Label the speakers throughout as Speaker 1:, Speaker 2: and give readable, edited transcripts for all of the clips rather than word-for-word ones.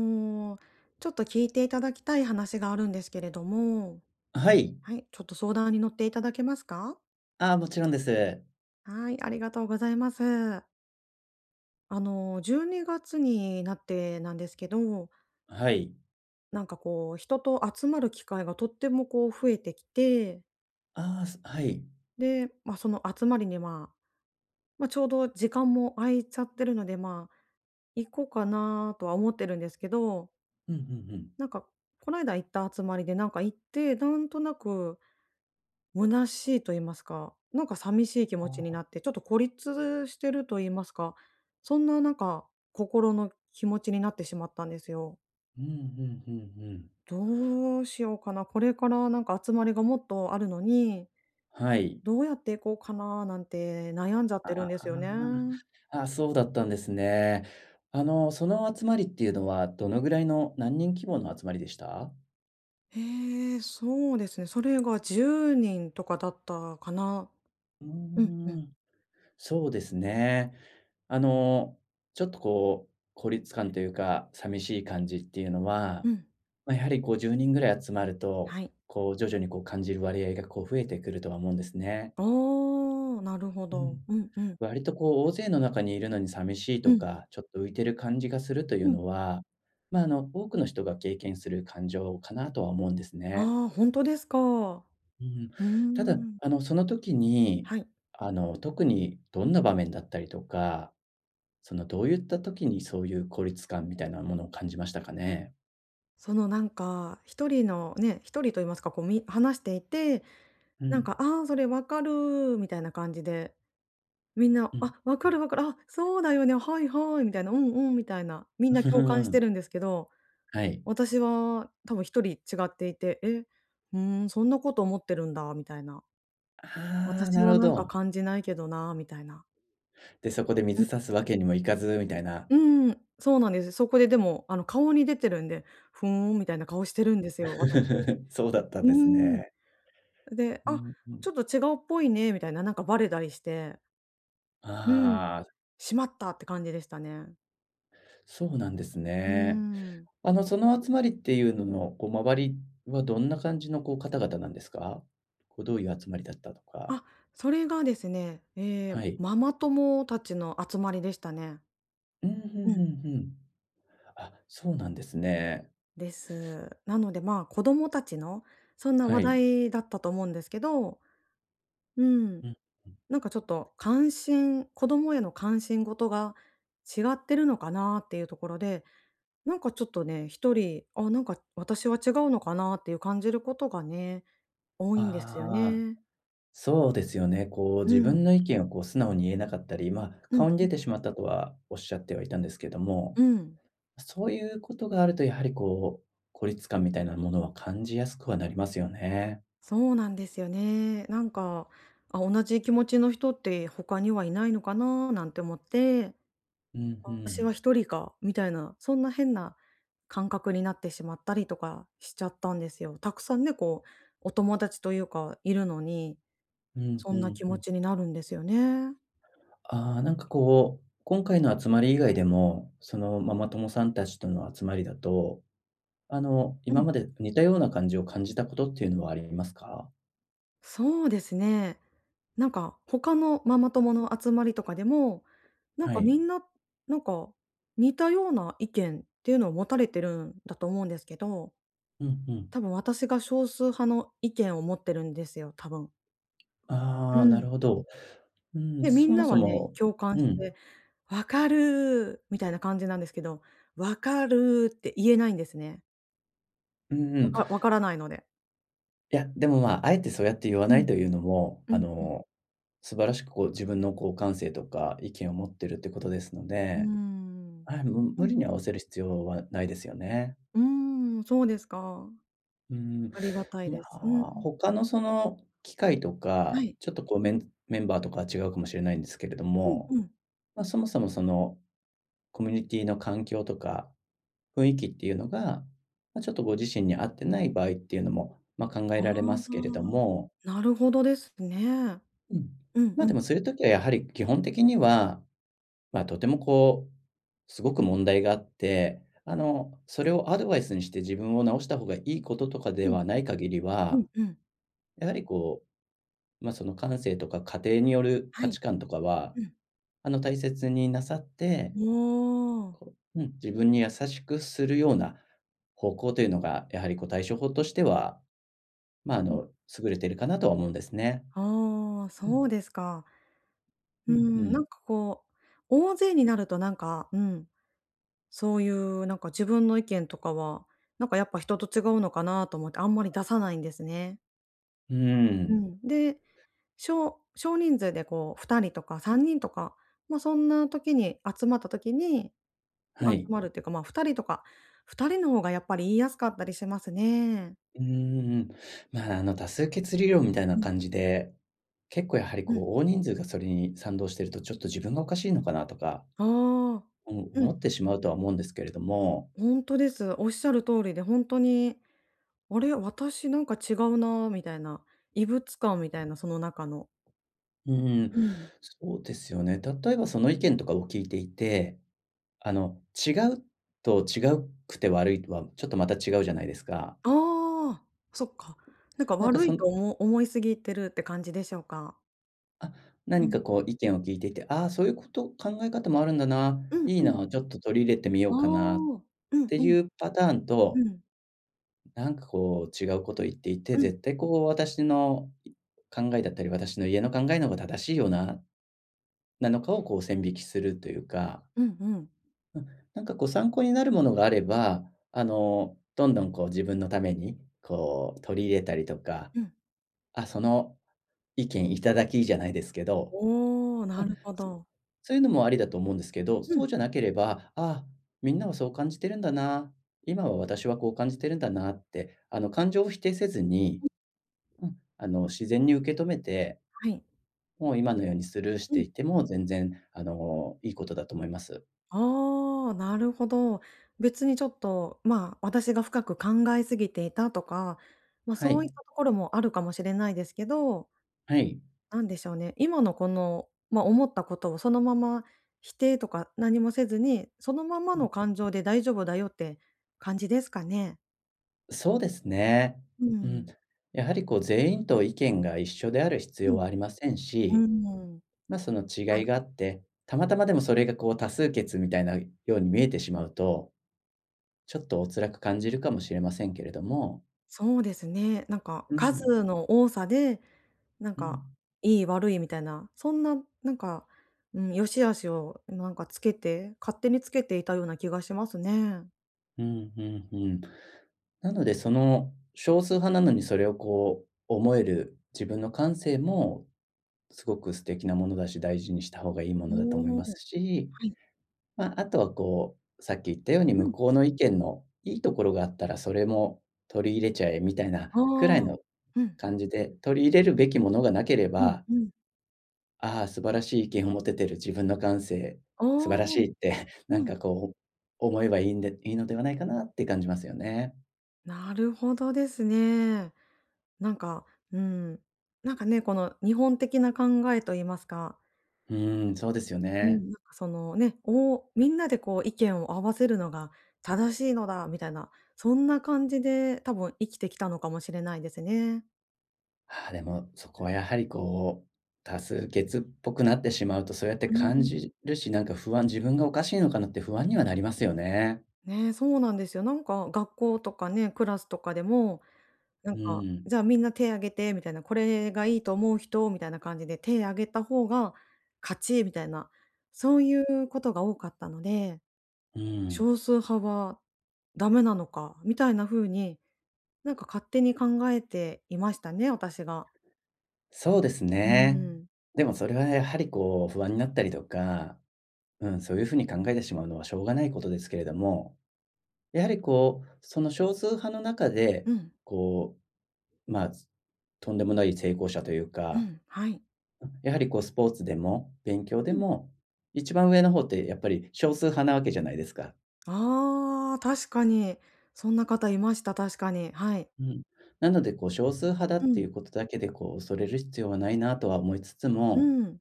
Speaker 1: もう、ちょっと聞いていただきたい話があるんですけれども、
Speaker 2: はい。
Speaker 1: はい、ちょっと相談に乗っていただけますか？
Speaker 2: ああ、もちろんです。
Speaker 1: はい、ありがとうございます。12月にがつになってなんですけど、
Speaker 2: はい。
Speaker 1: 人と集まる機会がとってもこう増えてきて、
Speaker 2: ああ、すはい。
Speaker 1: で、その集まりに、ちょうど時間も空いちゃってるので、行こうかなとは思ってるんですけど、
Speaker 2: うんうんうん。
Speaker 1: なんかこないだ行った集まりでなんか行って、なんとなく虚しいと言いますか、なんか寂しい気持ちになって、ちょっと孤立してると言いますか、そんななんか心の気持ちになってしまったんですよ。
Speaker 2: うんうんうんうん。
Speaker 1: どうしようかな、これからなんか集まりがもっとあるのに、
Speaker 2: はい。
Speaker 1: どうやっていこうかななんて悩んじゃっ
Speaker 2: あ
Speaker 1: てるん
Speaker 2: あ、
Speaker 1: です
Speaker 2: あ
Speaker 1: よね。
Speaker 2: あ。そうだったんですね。その集まりっていうのは、どのぐらいの何人規模の集まりでした？
Speaker 1: へえ、そうですね。それが10人とかだったかな。
Speaker 2: う
Speaker 1: うんうん。
Speaker 2: ーん、そうですね。あの、ちょっとこう、孤立感というか、寂しい感じっていうのは、
Speaker 1: うん。
Speaker 2: まあ、やはりこう10人ぐらい集まると、
Speaker 1: はい。
Speaker 2: こう徐々にこう感じる割合がこう増えてくるとは思うんですね。
Speaker 1: ああ、なるほ
Speaker 2: う
Speaker 1: ど。
Speaker 2: ん。
Speaker 1: うんうん。
Speaker 2: 割とこう大勢の中にいるのに寂しい
Speaker 1: う
Speaker 2: と
Speaker 1: ん。
Speaker 2: か、ちょっと浮いてる感じがするという
Speaker 1: うん。
Speaker 2: のは、まあ、多くの人が経験する感情かなとは思うんですね。
Speaker 1: ああ、本当ですか。う
Speaker 2: うん。
Speaker 1: ー
Speaker 2: ただ、
Speaker 1: ん。
Speaker 2: その時に、
Speaker 1: はい。
Speaker 2: 特にどんな場面だったりとか、そのどういった時にそういう孤立感みたいなものを感じましたかね？
Speaker 1: そのなんか、一人のね、一人と言いますか、こうみ話していて、
Speaker 2: う
Speaker 1: なん
Speaker 2: ん、
Speaker 1: か、ああ、それわかるみたいな感じで、みんな、
Speaker 2: うん、
Speaker 1: あ、わ
Speaker 2: う
Speaker 1: か
Speaker 2: ん
Speaker 1: るわかる、あ、そうだよね、はいはいみたいな、うんうんみたいな、みんな共感してるん ですけど、
Speaker 2: はい。
Speaker 1: 私は多分一人違っていて、うーん、そんなこと思ってるんだみたいな。
Speaker 2: ああ、
Speaker 1: 私
Speaker 2: なる
Speaker 1: は
Speaker 2: ほ
Speaker 1: なんか
Speaker 2: ど。
Speaker 1: 感じないけどなみたいな。
Speaker 2: で、そこで水差すわけにもいかずみたいな。
Speaker 1: うん、そうなんです。そこででも、顔に出てるんで、ふーんみたいな顔してるんですよ、私。
Speaker 2: そうだったん
Speaker 1: う
Speaker 2: です
Speaker 1: ーん。
Speaker 2: ね。
Speaker 1: で、
Speaker 2: う
Speaker 1: あ、
Speaker 2: んうん。
Speaker 1: ちょっと違うっぽいねみたいな、なんかバレたりして、うん。
Speaker 2: ああ、
Speaker 1: しまったって感じでしたね。
Speaker 2: そうなんです
Speaker 1: うー
Speaker 2: ね。
Speaker 1: ん。
Speaker 2: その集まりっていうのの、こう、周りはどんな感じの、こう、方々なんですか？こう、どういう集まりだったとか。
Speaker 1: あ、それがですね、
Speaker 2: はい。
Speaker 1: ママ友たちの集まりでしたね。
Speaker 2: うん、うんう
Speaker 1: うん。
Speaker 2: んうん。あ、そうなんですね。
Speaker 1: です。なので、子供たちの、そんな
Speaker 2: は
Speaker 1: 話
Speaker 2: い。
Speaker 1: 題だったと思うんですけど、うん、
Speaker 2: うん、うん。
Speaker 1: なんかちょっと関心子供への関心事が違ってるのかなっていうところで、なんかちょっとね、一人、あ、なんか私は違うのかなっていう感じることがね、多いんですよ
Speaker 2: ああ、
Speaker 1: ね。
Speaker 2: そうですよね。こう、
Speaker 1: う
Speaker 2: 自
Speaker 1: ん。
Speaker 2: 分の意見を、こう、素直に言えなかったり、まあ、
Speaker 1: うん
Speaker 2: 顔に
Speaker 1: う
Speaker 2: 出
Speaker 1: ん。
Speaker 2: てしまったとはおっしゃってはいたんですけども、
Speaker 1: うん、
Speaker 2: そういうことがあると、やはり、こう、孤立感みたいなものは感じやすくはなりますよね。
Speaker 1: そうなんですよね。なんか、あ、同じ気持ちの人って他にはいないのかななんて思って、
Speaker 2: うん、う
Speaker 1: 私
Speaker 2: ん。
Speaker 1: は一人かみたいな、そんな変な感覚になってしまったりとかしちゃったんですよ。たくさんね、こう、お友達というか、いるのに、
Speaker 2: うん
Speaker 1: そ
Speaker 2: う
Speaker 1: んな
Speaker 2: ん
Speaker 1: 気
Speaker 2: う
Speaker 1: 持
Speaker 2: ん。
Speaker 1: ちになるんですよね。
Speaker 2: ああ、なんかこう、今回の集まり以外でも、そのママ友さんたちとの集まりだと、
Speaker 1: う
Speaker 2: 今
Speaker 1: ん。
Speaker 2: まで似たような感じを感じたことっていうのはありますか？
Speaker 1: そうですね。なんか他のママ友の集まりとかでも、なん
Speaker 2: は
Speaker 1: か
Speaker 2: い。
Speaker 1: みんな、なんか似たような意見っていうのを持たれてるんだと思うんですけど、
Speaker 2: うんうん。
Speaker 1: 多分私が少数派の意見を持ってるんですよ、多分。う
Speaker 2: ああ、な
Speaker 1: ん。
Speaker 2: るほど。うん、
Speaker 1: で、み
Speaker 2: そ
Speaker 1: ん
Speaker 2: も
Speaker 1: な
Speaker 2: そ
Speaker 1: はね、
Speaker 2: も
Speaker 1: 共感
Speaker 2: う
Speaker 1: し
Speaker 2: ん。
Speaker 1: て、「わかる」みたいな感じなんですけど、「わかる」って言えないんですね。
Speaker 2: うんう
Speaker 1: わ
Speaker 2: ん。い
Speaker 1: かわからないので。
Speaker 2: や、でも、まあ、あえてそうやって言わ
Speaker 1: う
Speaker 2: ない
Speaker 1: ん。
Speaker 2: というのも、
Speaker 1: うんうん。
Speaker 2: 素晴らしくこう自分のこう感性とか意見を持ってるってことですの
Speaker 1: うー
Speaker 2: で、
Speaker 1: ん。
Speaker 2: はい、む
Speaker 1: う
Speaker 2: 無
Speaker 1: ん。
Speaker 2: 理に合わせる必要はないですよね。
Speaker 1: うーん、そうですか。
Speaker 2: うーん、
Speaker 1: ありがたい
Speaker 2: ま
Speaker 1: です。うん、
Speaker 2: あ、他のその機会と
Speaker 1: は
Speaker 2: か、
Speaker 1: い。
Speaker 2: ちょっとこうメンバーとかは違うかもしれないんですけれど
Speaker 1: うん
Speaker 2: も、
Speaker 1: うん。
Speaker 2: まあ、そもそもそのコミュニティの環境とか雰囲気っていうのが、まあ、ちょっとご自身に合ってない場合っていうのも、まあ、考え
Speaker 1: あ
Speaker 2: られますけれ
Speaker 1: あ、
Speaker 2: ども、
Speaker 1: なるほどですね。
Speaker 2: うん。
Speaker 1: うん
Speaker 2: ま、
Speaker 1: う
Speaker 2: で
Speaker 1: ん。
Speaker 2: もそういう時はやはり基本的には、ま、とてもこう、すごく問題があって、それをアドバイスにして自分を直した方がいいこととかで
Speaker 1: うん
Speaker 2: はない限り
Speaker 1: う
Speaker 2: は、
Speaker 1: んうん。
Speaker 2: やはりこうまあ、その感性とか家庭による価
Speaker 1: はい。
Speaker 2: 値観とかは、
Speaker 1: うん。
Speaker 2: 大切になさって、
Speaker 1: おお。
Speaker 2: こううん、自分に優しくするような方向というのが、やはりこう対処法としては、まあ、優れているかなとは思うんですね。
Speaker 1: ああ、
Speaker 2: うん、
Speaker 1: そうですか。
Speaker 2: う
Speaker 1: う
Speaker 2: ん、う
Speaker 1: ん、
Speaker 2: ん。
Speaker 1: 大勢になるとなんか、うん、そういうなんか自分の意見とかは、なんかやっぱ人と違うのかなと思ってあんまり出さないんですね。
Speaker 2: うー
Speaker 1: う
Speaker 2: ん、
Speaker 1: ん。で、少少人数でこう2人とか3人とか、ま、そんな時に集まった時に
Speaker 2: は
Speaker 1: 集
Speaker 2: い。
Speaker 1: まるっていうか、まあ、2人とか、2人の方がやっぱり言いやすかったりしますね。
Speaker 2: うんうんうんうーんはいうんんまあ、多数決理論みたいな
Speaker 1: うん、
Speaker 2: 感じで、結構やはり
Speaker 1: うん。
Speaker 2: こう大人数がそれに賛同してると、ちょっと自分がおかしいのかなとか、
Speaker 1: ああ、
Speaker 2: うん、
Speaker 1: う
Speaker 2: 思
Speaker 1: ん、
Speaker 2: ってしまうとは思うんですけれども
Speaker 1: ほんとです。おっしゃる通りで、ほんとに、あれ、私なんか違うなみたいな、異物感みたいな、その中の。
Speaker 2: うん、
Speaker 1: うん。
Speaker 2: そうですよね。例えばその意見とかを聞いていて、違うと違うくて悪いとは、ちょっとまた違うじゃないですか。
Speaker 1: ああ、そっか。なんか
Speaker 2: なんか
Speaker 1: 悪
Speaker 2: そ
Speaker 1: い
Speaker 2: の、
Speaker 1: とおも思いすぎてるって感じでしょうか？
Speaker 2: あ、
Speaker 1: う
Speaker 2: 何か
Speaker 1: ん。
Speaker 2: こう意見を聞いていて、ああ、そういうこと、考え方もあるんだな、
Speaker 1: うん
Speaker 2: いい
Speaker 1: うん。
Speaker 2: な、ちょっと取り入れてみよ
Speaker 1: ああ、
Speaker 2: うかなっ
Speaker 1: うんうん
Speaker 2: て
Speaker 1: うん。
Speaker 2: いうパターンと、
Speaker 1: うん。
Speaker 2: なんかこう違うこと言っていて、
Speaker 1: う
Speaker 2: 絶対こう私の考えだったり、私の家の考えの方が正しいよな、なのかをこう線引きするというか
Speaker 1: んうん。
Speaker 2: うん、なんかこう参考になるものがあれば、どんどんこう自分のために、こう取り入れたりとか、
Speaker 1: うん。
Speaker 2: あ、その意見いただきじゃないですけど、
Speaker 1: おお、な
Speaker 2: うん、
Speaker 1: るほ
Speaker 2: そ
Speaker 1: ど。
Speaker 2: そういうのもありだと思うんですけど、
Speaker 1: う
Speaker 2: そう
Speaker 1: ん、
Speaker 2: じゃなければ、あ、みんなはそう感じてるんだな、今は私はこう感じてるんだなって、あの感情を否定せずに、うん、あの自然に受け止めて、
Speaker 1: はい。
Speaker 2: もう今のようにスルーし
Speaker 1: う
Speaker 2: て
Speaker 1: ん。
Speaker 2: いても全然あのいいことだと思います。
Speaker 1: ああ、なるほど。別にちょっと、まあ、私が深く考えすぎていたとか、まあ、
Speaker 2: は
Speaker 1: そう
Speaker 2: い、
Speaker 1: いったところもあるかもしれないですけど、
Speaker 2: はい。
Speaker 1: なんでしょうね、今のこの、まあ、思ったことをそのまま否定とか何もせずに、そのままの感情で大丈夫だよって感じですかね？
Speaker 2: そうですね。
Speaker 1: う
Speaker 2: うん。
Speaker 1: ん。
Speaker 2: やはりこう全員と意見が一緒である必
Speaker 1: う
Speaker 2: 要は
Speaker 1: ん。
Speaker 2: ありません
Speaker 1: う
Speaker 2: し、
Speaker 1: ん。
Speaker 2: ま、その
Speaker 1: は
Speaker 2: 違い
Speaker 1: い、
Speaker 2: があって、たまたまでもそれがこう多数決みたいなように見えてしまうと、ちょっとお辛く感じるかもしれませんけれども、
Speaker 1: そうですね。なんか
Speaker 2: うん、
Speaker 1: 数の多さでなん
Speaker 2: う
Speaker 1: か、
Speaker 2: ん、
Speaker 1: いい悪いみたいな、そんな、なんか、うん、良し悪しをなんかつけて、勝手につけていたような気がしますね。
Speaker 2: うん、うん、うん。なのでその少数派なのにそれをこう思える自分の感性もすごく素敵なものだし、大事にした方がいいものだと思い
Speaker 1: お
Speaker 2: ます
Speaker 1: お、
Speaker 2: し
Speaker 1: はい。
Speaker 2: まあ、あとはこう、さっき言ったように
Speaker 1: う
Speaker 2: 向
Speaker 1: ん。
Speaker 2: こうの意見のいいところがあったら、それも取り入れちゃえみたいな
Speaker 1: あ
Speaker 2: くらい
Speaker 1: あ、
Speaker 2: の
Speaker 1: うん。
Speaker 2: 感じで、取り入れるべきものがなけれ
Speaker 1: うん
Speaker 2: ば、
Speaker 1: うん。
Speaker 2: ああ、素晴らしい意見を持ててる、自分の感性、
Speaker 1: あ
Speaker 2: 素晴らし
Speaker 1: あ、
Speaker 2: いって なん
Speaker 1: うん、
Speaker 2: かこう、思えばいいんでいいのではないかなって感じますよね。
Speaker 1: なるほどですね。なんか、うん、なんかね、この日本的な考えと言いますか、
Speaker 2: うーん、そうですよ
Speaker 1: うん
Speaker 2: ね。
Speaker 1: なん。かそのね、おみんなでこう意見を合わせるのが正しいのだみたいな、そんな感じで多分生きてきたのかもしれないですね。
Speaker 2: ああ、でもそこはやはりこう、多数決っぽくなってしまうと、そうやって
Speaker 1: う
Speaker 2: 感
Speaker 1: ん、
Speaker 2: じるし、なんか不安自分がおかしいのかなって不安にはなりますよね。
Speaker 1: ね、そうなんですよ。なんか学校とかね、クラスとかでも、なん
Speaker 2: う
Speaker 1: か、
Speaker 2: ん。
Speaker 1: じゃあみんな手挙げてみたいな、これがいいと思う人みたいな感じで、手挙げた方が勝ちみたいな、そういうことが多かったので、
Speaker 2: うん、
Speaker 1: 少数派はダメなのかみたいな風に、なんか勝手に考えていましたね、私が。
Speaker 2: そうです
Speaker 1: う
Speaker 2: ね。
Speaker 1: ん。
Speaker 2: でもそれはやはりこう不安になったりとか、うん、そういうふうに考えてしまうのはしょうがないことですけれども、やはりこう、その少数派の中で、
Speaker 1: うん、
Speaker 2: こう、まあ、とんでもない成功者という
Speaker 1: う
Speaker 2: か、
Speaker 1: ん、はい。
Speaker 2: やはりこうスポーツでも勉強で
Speaker 1: うん。
Speaker 2: も、一番上の方ってやっぱり少数派なわけじゃないですか。
Speaker 1: ああ、確かに。そんな方いました、確かに。はい。
Speaker 2: うん。なのでこう少数派だ
Speaker 1: う
Speaker 2: っ
Speaker 1: ん、
Speaker 2: てい
Speaker 1: う
Speaker 2: うことだけでこう恐れる必要はないなとは思いつつも、
Speaker 1: ん。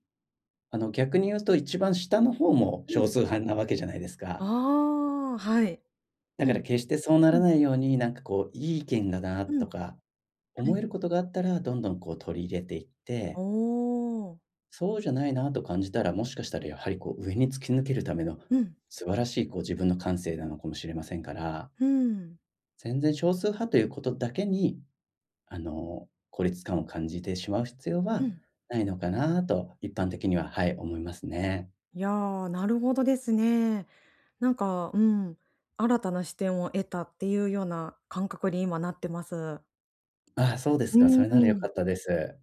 Speaker 2: 逆に言うと一番下の方も
Speaker 1: う
Speaker 2: 少
Speaker 1: ん。
Speaker 2: 数派なわけじゃないです
Speaker 1: あ
Speaker 2: か。
Speaker 1: あ、はい。
Speaker 2: だ
Speaker 1: う
Speaker 2: から
Speaker 1: ん、
Speaker 2: 決してそうな
Speaker 1: う
Speaker 2: ら
Speaker 1: ん、
Speaker 2: ないように、なんかこう、いい意見だな
Speaker 1: う
Speaker 2: と
Speaker 1: ん。
Speaker 2: か、
Speaker 1: はい。
Speaker 2: 思えることがあったら、どんどんこう取り入れていっ
Speaker 1: お
Speaker 2: て、
Speaker 1: お、
Speaker 2: そうじゃないなと感じたら、もしかしたらやはりこう上に突き抜けるための
Speaker 1: うん、
Speaker 2: 素晴らしいこう自分の感性なのかもしれませんから、
Speaker 1: うん。
Speaker 2: 全然少数派ということだけに、孤立感を感じてしまう必要
Speaker 1: う
Speaker 2: は
Speaker 1: ん。
Speaker 2: ないのかなと、一般的には、はい、思いますね。
Speaker 1: いやー、なるほどですね。なんか、うん、新たな視点を得たっていうような感覚に今なってます。
Speaker 2: ああ、そうです
Speaker 1: う
Speaker 2: か。そ
Speaker 1: ー
Speaker 2: れなら良かっ
Speaker 1: ん。
Speaker 2: たです。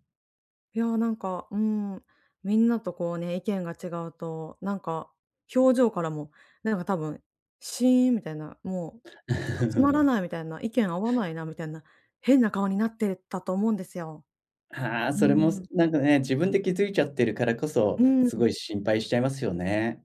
Speaker 1: いやー、なんか、うん、みんなとこうね、意見が違うと、なんか、表情からも、なんか多分、シーンみたいな、もう、ちょっとつまらない みたいな、意見合わないなみたいな、変な顔になってたと思うんですよ。
Speaker 2: ああ、
Speaker 1: う
Speaker 2: それも、す
Speaker 1: ん。
Speaker 2: なんかね、自分で気づいちゃってるからこそ、
Speaker 1: うん。
Speaker 2: すごい心配しちゃいますよね。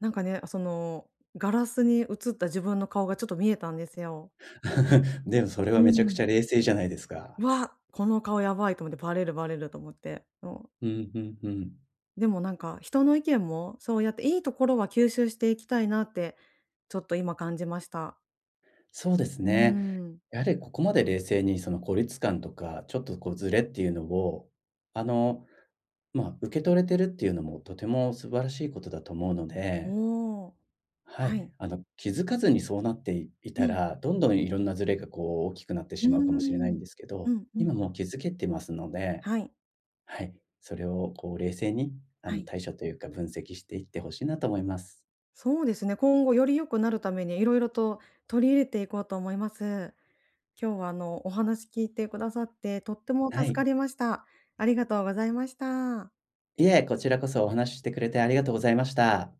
Speaker 1: なんかね、その、ガラスに映った自分の顔がちょっと見えたんですよ。
Speaker 2: でもそれは
Speaker 1: う
Speaker 2: めちゃく
Speaker 1: ん。
Speaker 2: ちゃ冷静じゃないですか。
Speaker 1: わ、この顔やばいと思ってバレるバレると思って。そう、
Speaker 2: うん、ふんふん。
Speaker 1: でもなんか人の意見もそうやっていいところは吸収していきたいなって、ちょっと今感じました。
Speaker 2: そうです
Speaker 1: うー
Speaker 2: ね。
Speaker 1: ん。
Speaker 2: やはりここまで冷静にその孤立感とか、ちょっとこうズレっていうのを、あの、まあ、受け取れてるっていうのもとても素晴らしいことだと思うので、
Speaker 1: おお、
Speaker 2: はい、
Speaker 1: はい。
Speaker 2: 気づかずにそうなっていい
Speaker 1: う
Speaker 2: た
Speaker 1: ん、
Speaker 2: ら、どんどんいろんなズレがこう大きくなって
Speaker 1: う
Speaker 2: し
Speaker 1: ー
Speaker 2: まうかもしれないん
Speaker 1: ん。
Speaker 2: ですけ
Speaker 1: う
Speaker 2: ど、
Speaker 1: んうん。
Speaker 2: 今
Speaker 1: ん。
Speaker 2: もう気づけてますので
Speaker 1: はい。
Speaker 2: はい。それをこう冷静に、
Speaker 1: はい。
Speaker 2: 対処というか分析していってほしいなと思います。
Speaker 1: そうですね、今後より良くなるために色々と取り入れていこうと思います。今日はお話聞いてくださって、とっても
Speaker 2: は
Speaker 1: 助
Speaker 2: い。
Speaker 1: かりました。ありがとうございました。
Speaker 2: いえ、こちらこそお話ししてくれてありがとうございました。